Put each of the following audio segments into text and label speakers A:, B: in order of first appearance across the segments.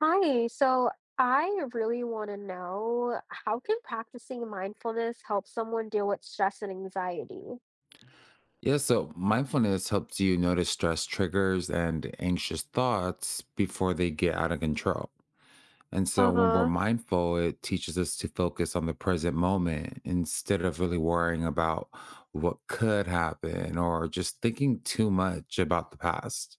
A: Hi, so I really want to know, how can practicing mindfulness help someone deal with stress and anxiety?
B: Yeah, so mindfulness helps you notice stress triggers and anxious thoughts before they get out of control. And so when we're
A: Uh-huh.
B: mindful, it teaches us to focus on the present moment instead of really worrying about what could happen or just thinking too much about the past.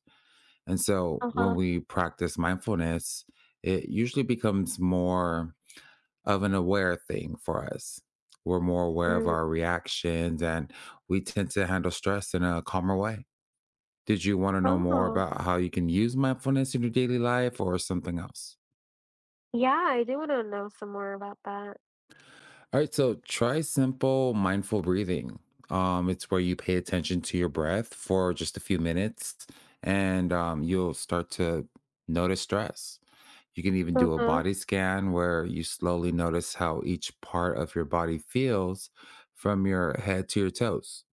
B: And so when
A: Uh-huh.
B: we practice mindfulness, it usually becomes more of an aware thing for us. We're more aware of
A: Mm.
B: our reactions and we tend to handle stress in a calmer way. Did you want to know more
A: Oh,
B: about how you can use mindfulness in your daily life or something else?
A: yeah, I do want to know some more about that.
B: All right, so try simple mindful breathing. It's where you pay attention to your breath for just a few minutes and you'll start to notice stress. You can even do a
A: Uh-huh.
B: body scan where you slowly notice how each part of your body feels from your head to your toes.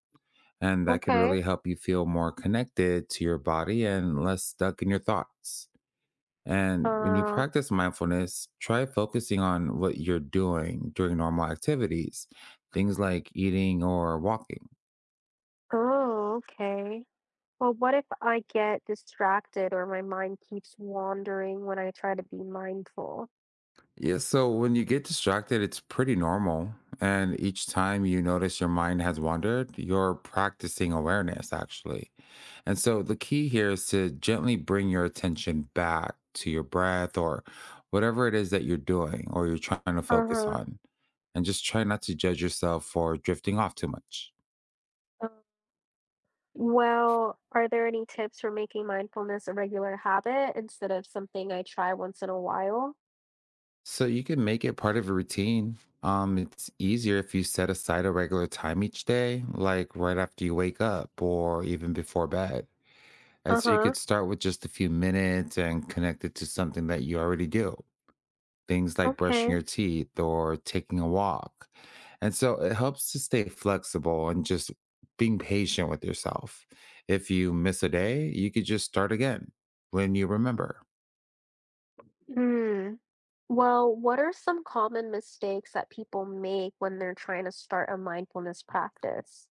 B: And that can
A: Okay.
B: really help you feel more connected to your body and less stuck in your thoughts. And when you
A: Uh,
B: practice mindfulness, try focusing on what you're doing during normal activities, things like eating or walking.
A: oh, okay. Well, what if I get distracted or my mind keeps wandering when I try to be mindful?
B: Yeah, so when you get distracted, it's pretty normal. And each time you notice your mind has wandered, you're practicing awareness, actually. And so the key here is to gently bring your attention back to your breath or whatever it is that you're doing or you're trying to focus
A: Uh-huh.
B: on. And just try not to judge yourself for drifting off too much.
A: Well, are there any tips for making mindfulness a regular habit instead of something I try once in a while?
B: So you can make it part of a routine. It's easier if you set aside a regular time each day, like right after you wake up or even before bed. And so you
A: Uh-huh.
B: could start with just a few minutes and connect it to something that you already do, things like brushing
A: Okay.
B: your teeth or taking a walk. And so it helps to stay flexible and just being patient with yourself. If you miss a day, you could just start again when you remember.
A: Hmm. Well, what are some common mistakes that people make when they're trying to start a mindfulness practice?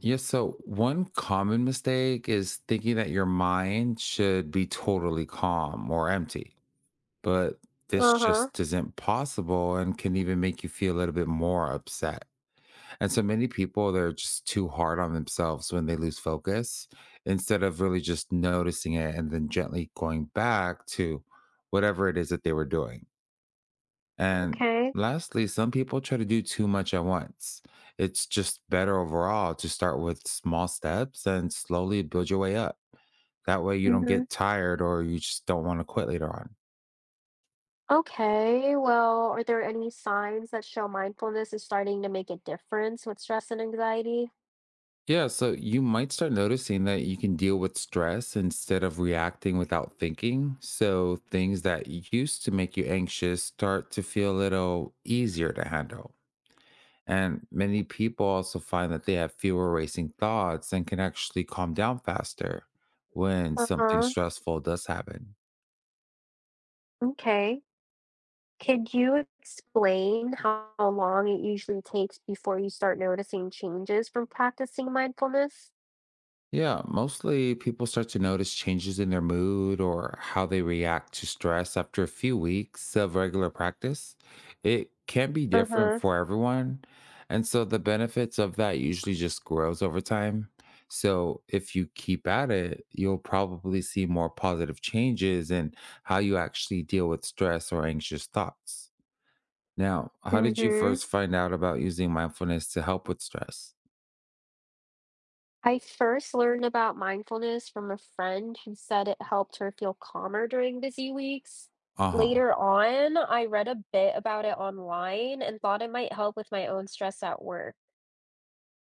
B: Yes, so one common mistake is thinking that your mind should be totally calm or empty, but this
A: Uh-huh.
B: just isn't possible and can even make you feel a little bit more upset. And so many people, they're just too hard on themselves when they lose focus instead of really just noticing it and then gently going back to whatever it is that they were doing. And
A: Okay.
B: lastly, some people try to do too much at once. It's just better overall to start with small steps and slowly build your way up. That way you don't
A: Mm-hmm.
B: get tired or you just don't want to quit later on.
A: Okay, well, are there any signs that show mindfulness is starting to make a difference with stress and anxiety?
B: Yeah, so you might start noticing that you can deal with stress instead of reacting without thinking. So things that used to make you anxious start to feel a little easier to handle. And many people also find that they have fewer racing thoughts and can actually calm down faster when something
A: Uh-huh.
B: stressful does happen.
A: Okay. Could you explain how long it usually takes before you start noticing changes from practicing mindfulness?
B: Yeah, mostly people start to notice changes in their mood or how they react to stress after a few weeks of regular practice. It can be different
A: Uh-huh.
B: for everyone. And so the benefits of that usually just grows over time. So if you keep at it, you'll probably see more positive changes in how you actually deal with stress or anxious thoughts. Now, how did you
A: Mm-hmm.
B: first find out about using mindfulness to help with stress?
A: I first learned about mindfulness from a friend who said it helped her feel calmer during busy weeks.
B: Uh huh.
A: Later on, I read a bit about it online and thought it might help with my own stress at work.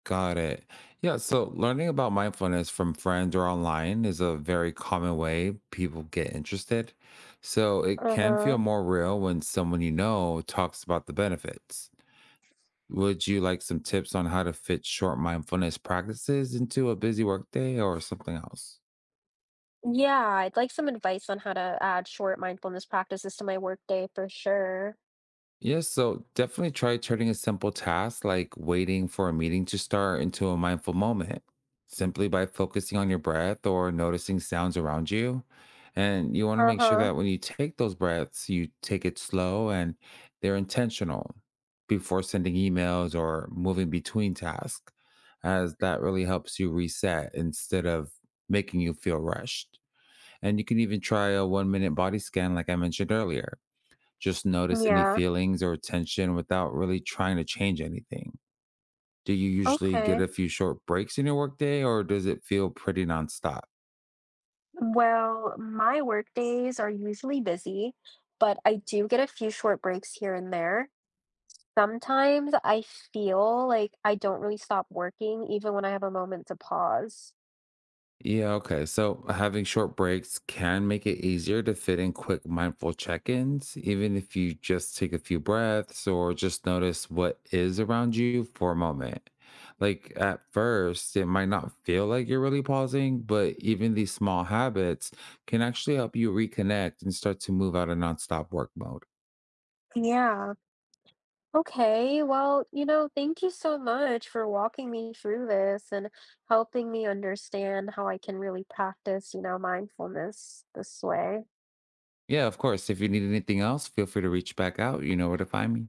B: Got it. Yeah. So learning about mindfulness from friends or online is a very common way people get interested. So it can
A: Uh-huh.
B: feel more real when someone you know talks about the benefits. Would you like some tips on how to fit short mindfulness practices into a busy workday or something else?
A: Yeah, I'd like some advice on how to add short mindfulness practices to my workday for sure.
B: Yes, so definitely try turning a simple task like waiting for a meeting to start into a mindful moment simply by focusing on your breath or noticing sounds around you. And you want to make sure
A: Uh-huh.
B: that when you take those breaths, you take it slow and they're intentional before sending emails or moving between tasks, as that really helps you reset instead of making you feel rushed. And you can even try a 1 minute body scan, like I mentioned earlier, just notice any
A: Yeah.
B: feelings or tension without really trying to change anything. Do you usually get
A: Okay.
B: a few short breaks in your workday or does it feel pretty nonstop?
A: Well, my work days are usually busy, but I do get a few short breaks here and there. Sometimes I feel like I don't really stop working, even when I have a moment to pause.
B: Yeah, okay. So having short breaks can make it easier to fit in quick mindful check ins, even if you just take a few breaths or just notice what is around you for a moment. Like at first, it might not feel like you're really pausing, but even these small habits can actually help you reconnect and start to move out of nonstop work mode.
A: Yeah. Okay. Well, thank you so much for walking me through this and helping me understand how I can really practice, mindfulness this way.
B: Yeah, of course. If you need anything else, feel free to reach back out. You know where to find me.